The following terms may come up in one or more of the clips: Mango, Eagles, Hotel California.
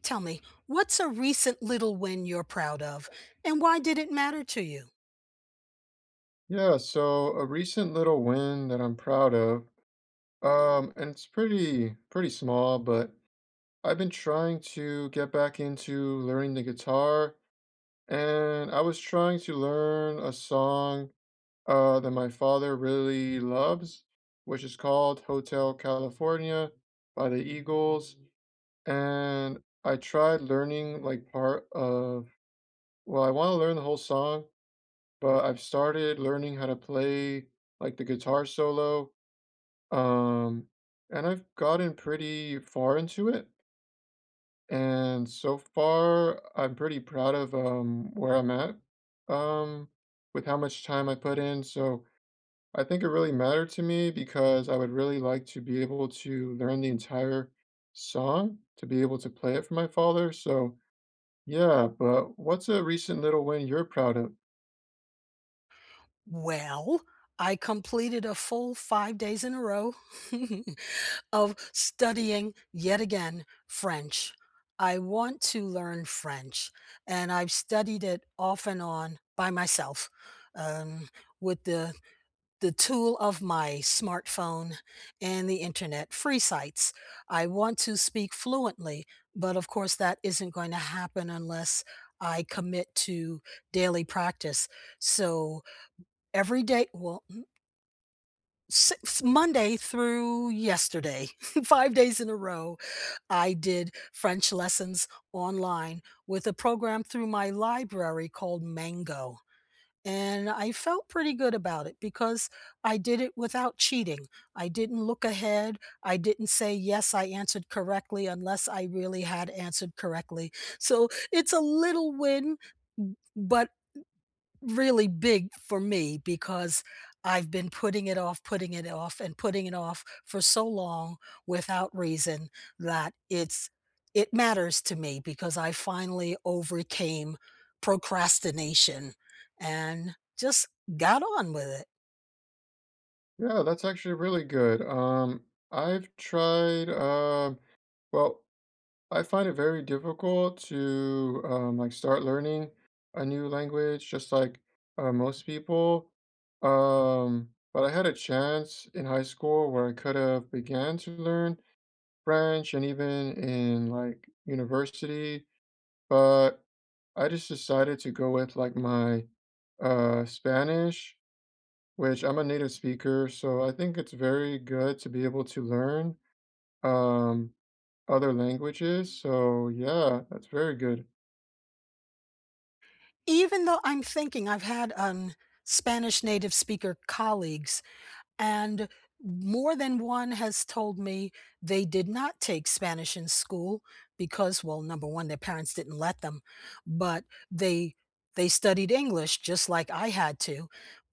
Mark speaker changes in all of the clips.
Speaker 1: Tell me, what's a recent little win you're proud of, and why did it matter to you?
Speaker 2: Yeah, so a recent little win that I'm proud of, and it's pretty small, but I've been trying to get back into learning the guitar, and I was trying to learn a song that my father really loves, which is called Hotel California by the Eagles. And I tried learning like part of, well, I want to learn the whole song, but I've started learning how to play like the guitar solo. Um, and I've gotten pretty far into it, and so far, I'm pretty proud of, where I'm at, um, with how much time I put in, so I think it really mattered to me because I would really like to be able to learn the entire song to be able to play it for my father, so yeah, but what's a recent little win you're proud of?
Speaker 1: Well, I completed a full 5 days in a row of studying yet again French. I want to learn French, and I've studied it off and on by myself um, with the tool of my smartphone and the internet, free sites. I want to speak fluently, but of course, that isn't going to happen unless I commit to daily practice. So every day, well, six, Monday through yesterday, 5 days in a row, I did French lessons online with a program through my library called Mango. And I felt pretty good about it because I did it without cheating. I didn't look ahead. I didn't say, yes, I answered correctly unless I really had answered correctly. So it's a little win, but really big for me because I've been putting it off, and putting it off for so long without reason that it's It matters to me because I finally overcame procrastination and just got on with it.
Speaker 2: Yeah, that's actually really good, I've tried, well, I find it very difficult to like start learning a new language, just like most people. But I had a chance in high school where I could have began to learn French and even in like university, but I just decided to go with like my Spanish, which I'm a native speaker, so I think it's very good to be able to learn um, other languages. So yeah, that's very good.
Speaker 1: Even though I'm thinking, I've had Spanish native speaker colleagues, and more than one has told me they did not take Spanish in school because, well, number one, their parents didn't let them, but they they studied English just like I had to.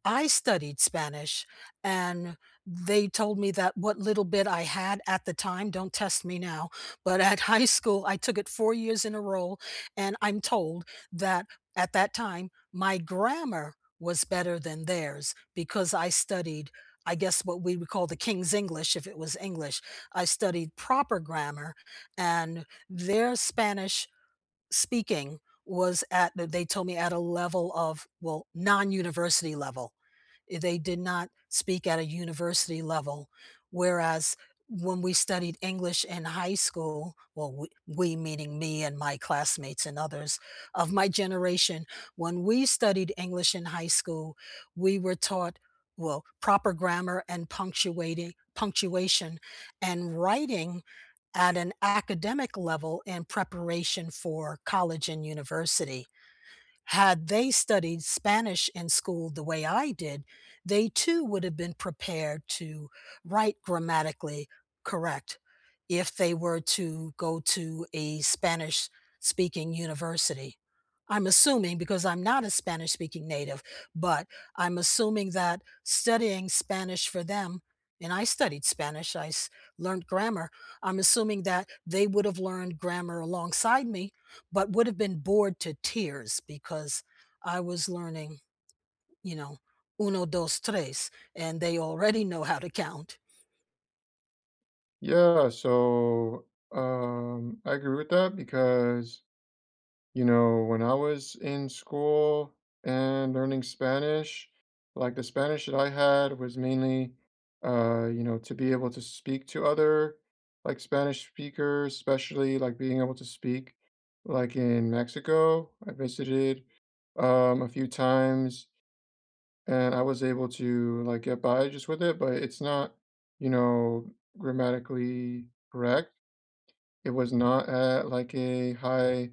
Speaker 1: I studied Spanish, and they told me that what little bit I had at the time, don't test me now, but at high school, I took it 4 years in a row. And I'm told that at that time, my grammar was better than theirs because I studied, I guess, what we would call the King's English, if it was English. I studied proper grammar, and their Spanish speaking was at, they told me, at a level of, well, non-university level. They did not speak at a university level, whereas when we studied English in high school, well, we meaning me and my classmates and others of my generation, when we studied English in high school, we were taught well proper grammar and punctuating punctuation and writing at an academic level in preparation for college and university. Had they studied Spanish in school the way I did, they too would have been prepared to write grammatically correct if they were to go to a Spanish speaking university. I'm assuming, because I'm not a Spanish speaking native, but I'm assuming that studying Spanish for them, and I studied Spanish, learned grammar. I'm assuming that they would have learned grammar alongside me but would have been bored to tears because I was learning, you know, uno, dos, tres, and they already know how to count.
Speaker 2: Yeah, so I agree with that because, you know, when I was in school and learning Spanish, like the Spanish that I had was mainly, you know, to be able to speak to other like Spanish speakers, especially like being able to speak like in Mexico. I visited a few times and I was able to like get by just with it, but it's not, you know, grammatically correct, it was not at like a high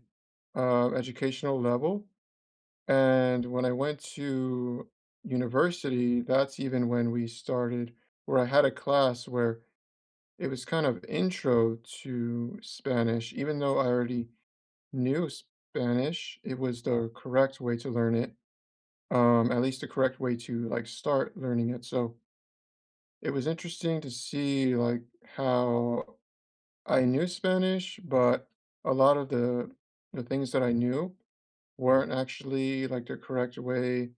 Speaker 2: educational level. And when I went to university, that's even when we started, where I had a class where it was kind of intro to Spanish. Even though I already knew Spanish, it was the correct way to learn it, at least the correct way to like start learning it. So it was interesting to see like how I knew Spanish, but a lot of the things that I knew weren't actually like the correct way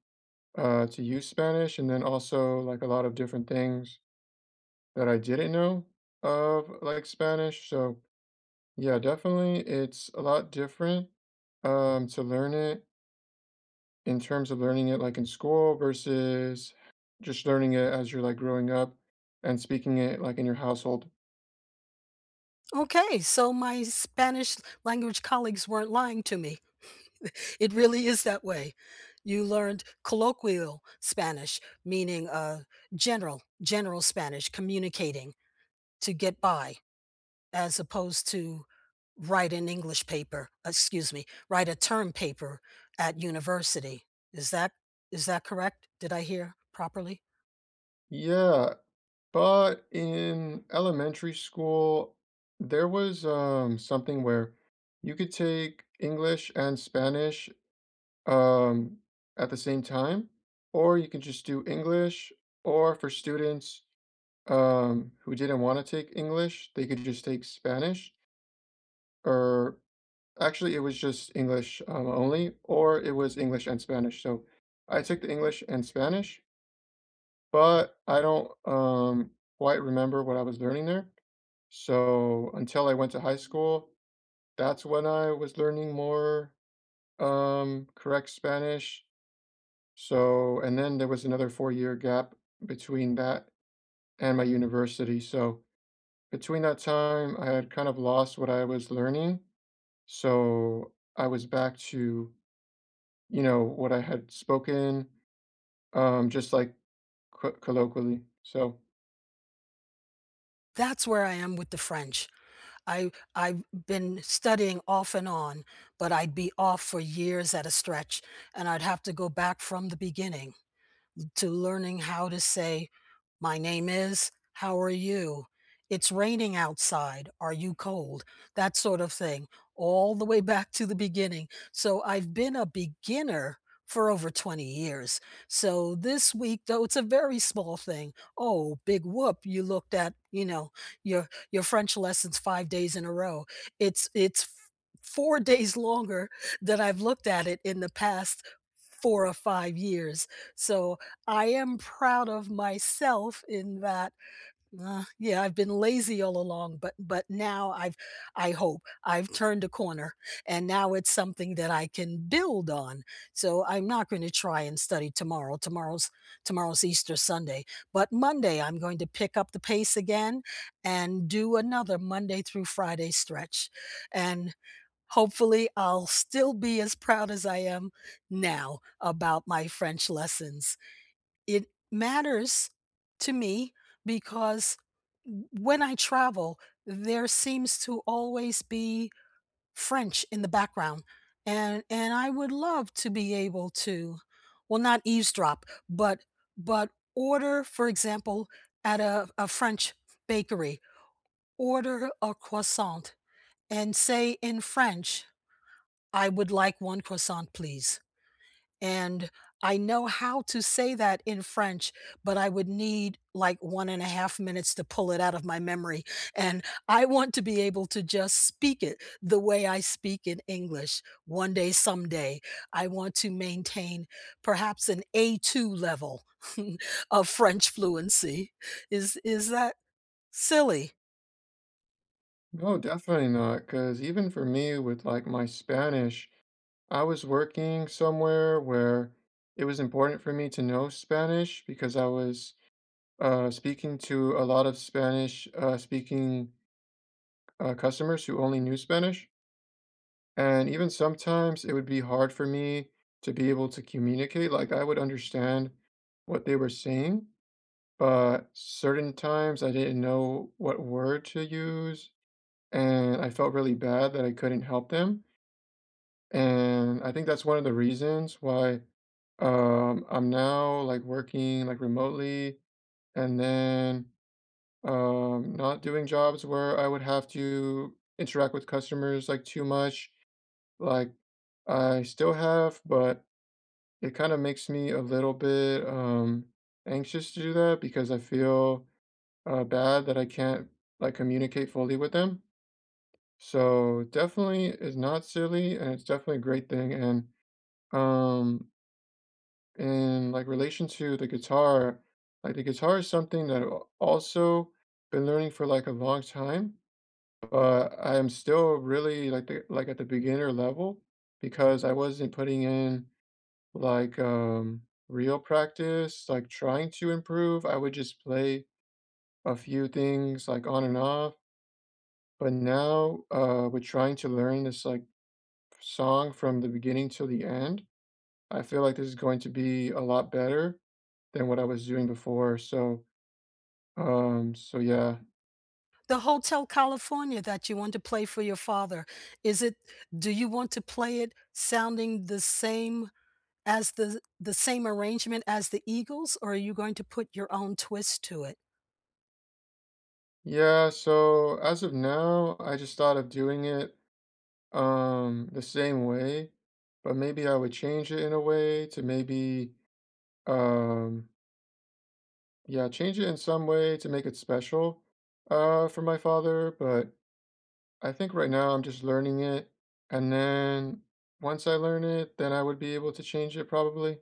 Speaker 2: to use Spanish, and then also like a lot of different things that I didn't know of like Spanish. So yeah, definitely it's a lot different to learn it in terms of learning it like in school versus just learning it as you're like growing up and speaking it like in your household.
Speaker 1: Okay, so my Spanish language colleagues weren't lying to me. It really is that way. You learned colloquial Spanish, meaning general, general Spanish, communicating to get by, as opposed to write an English paper, excuse me, write a term paper at university. Is that is that correct? Did I hear properly?
Speaker 2: Yeah, but in elementary school, there was something where you could take English and Spanish um, at the same time, or you can just do English, or for students who didn't want to take English, they could just take Spanish, or actually, it was just English only, or it was English and Spanish. So I took the English and Spanish, but I don't quite remember what I was learning there. So until I went to high school, that's when I was learning more correct Spanish. So, and then there was another 4 year gap between that and my university. So, between that time, I had kind of lost what I was learning. So, I was back to, you know, what I had spoken, just like colloquially. So,
Speaker 1: That's where I am with the French. I've been studying off and on, but I'd be off for years at a stretch, and I'd have to go back from the beginning, to learning how to say, "My name is, how are you? It's raining outside. Are you cold?" That sort of thing, all the way back to the beginning. So I've been a beginner for over 20 years. So this week, though it's a very small thing, "Oh, big whoop, you looked at, you know, your French lessons 5 days in a row." It's f 4 days longer than I've looked at it in the past 4 or 5 years. So, I am proud of myself in that, yeah, I've been lazy all along, but now I hope I've turned a corner, and now it's something that I can build on. So, I'm not gonna try and study tomorrow. Tomorrow's Easter Sunday, but Monday, I'm going to pick up the pace again and do another Monday through Friday stretch, and hopefully, I'll still be as proud as I am now about my French lessons. It matters to me because when I travel, there seems to always be French in the background. And I would love to be able to, well, not eavesdrop, but order, for example, at a French bakery, order a croissant and say in French, I would like 1 croissant, please. And I know how to say that in French, but I would need, like, 1.5 minutes to pull it out of my memory, and I want to be able to just speak it the way I speak in English. One day, someday, I want to maintain perhaps an A2 level of French fluency. Is that silly?
Speaker 2: no, definitely not. Because even for me, with like my Spanish, I was working somewhere where it was important for me to know Spanish because I was speaking to a lot of Spanish speaking customers who only knew Spanish. And even sometimes it would be hard for me to be able to communicate. Like I would understand what they were saying, but certain times I didn't know what word to use. And I felt really bad that I couldn't help them. And I think that's one of the reasons why. I'm now like working like remotely and then not doing jobs where I would have to interact with customers like too much. Like I still have, but it kind of makes me a little bit anxious to do that because I feel bad that I can't like communicate fully with them. So definitely is not silly and it's definitely a great thing and um in like relation to the guitar, like the guitar is something that I've also been learning for like a long time, but I am still really like the, like at the beginner level because I wasn't putting in like real practice, like trying to improve. I would just play a few things like on and off, but now with trying to learn this like song from the beginning till the end, I feel like this is going to be a lot better than what I was doing before. So, so yeah.
Speaker 1: The Hotel California that you want to play for your father, is it do you want to play it sounding the same as the same arrangement as the Eagles, or are you going to put your own twist to it?
Speaker 2: Yeah, so as of now, I just thought of doing it the same way, but maybe I would change it in a way to maybe um yeah, change it in some way to make it special for my father, but I think right now I'm just learning it and then once I learn it, then I would be able to change it probably.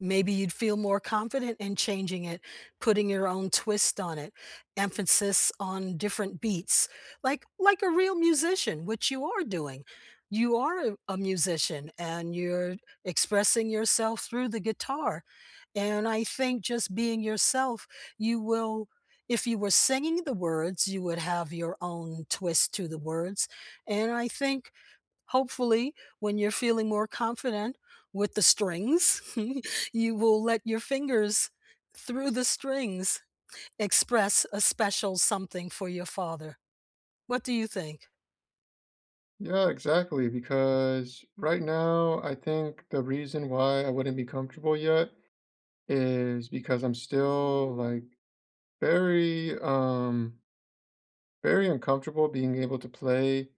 Speaker 1: Maybe you'd feel more confident in changing it, putting your own twist on it, emphasis on different beats, like a real musician, which you are doing. You are a musician, and you're expressing yourself through the guitar. And I think just being yourself, you will if you were singing the words, you would have your own twist to the words. And I think hopefully, when you're feeling more confident with the strings, you will let your fingers through the strings express a special something for your father. What do you think?
Speaker 2: Yeah, exactly. Because right now, I think the reason why I wouldn't be comfortable yet is because I'm still like very, very uncomfortable being able to play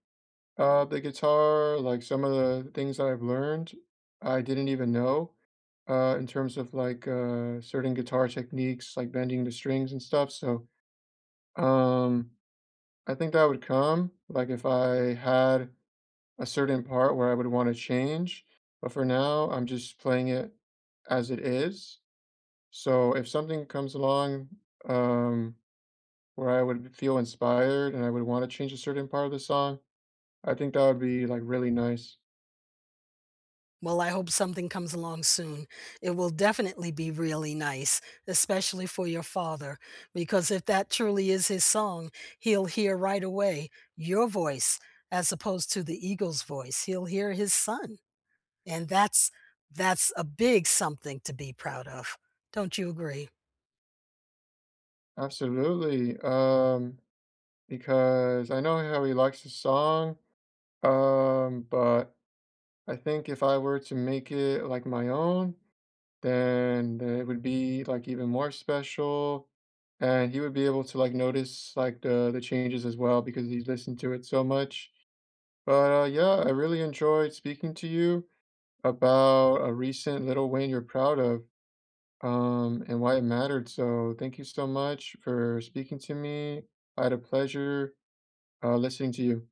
Speaker 2: the guitar. Like some of the things that I've learned, I didn't even know in terms of like certain guitar techniques, like bending the strings and stuff. So, um, I think that would come like if I had a certain part where I would want to change, but for now, I'm just playing it as it is. So if something comes along, um, where I would feel inspired and I would want to change a certain part of the song, I think that would be like really nice.
Speaker 1: Well, I hope something comes along soon. It will definitely be really nice, especially for your father, because if that truly is his song, he'll hear right away your voice as opposed to the eagle's voice. He'll hear his son. And that's a big something to be proud of. Don't you agree?
Speaker 2: Absolutely. Because I know how he likes the song, but I think if I were to make it like my own, then it would be like even more special. And he would be able to like notice like the changes as well because he's listened to it so much. But yeah, I really enjoyed speaking to you about a recent little win you're proud of, and why it mattered. So thank you so much for speaking to me. I had a pleasure listening to you.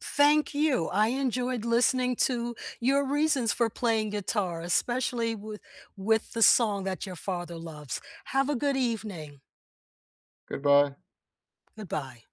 Speaker 1: Thank you. I enjoyed listening to your reasons for playing guitar, especially with the song that your father loves. Have a good evening.
Speaker 2: Goodbye.
Speaker 1: Goodbye.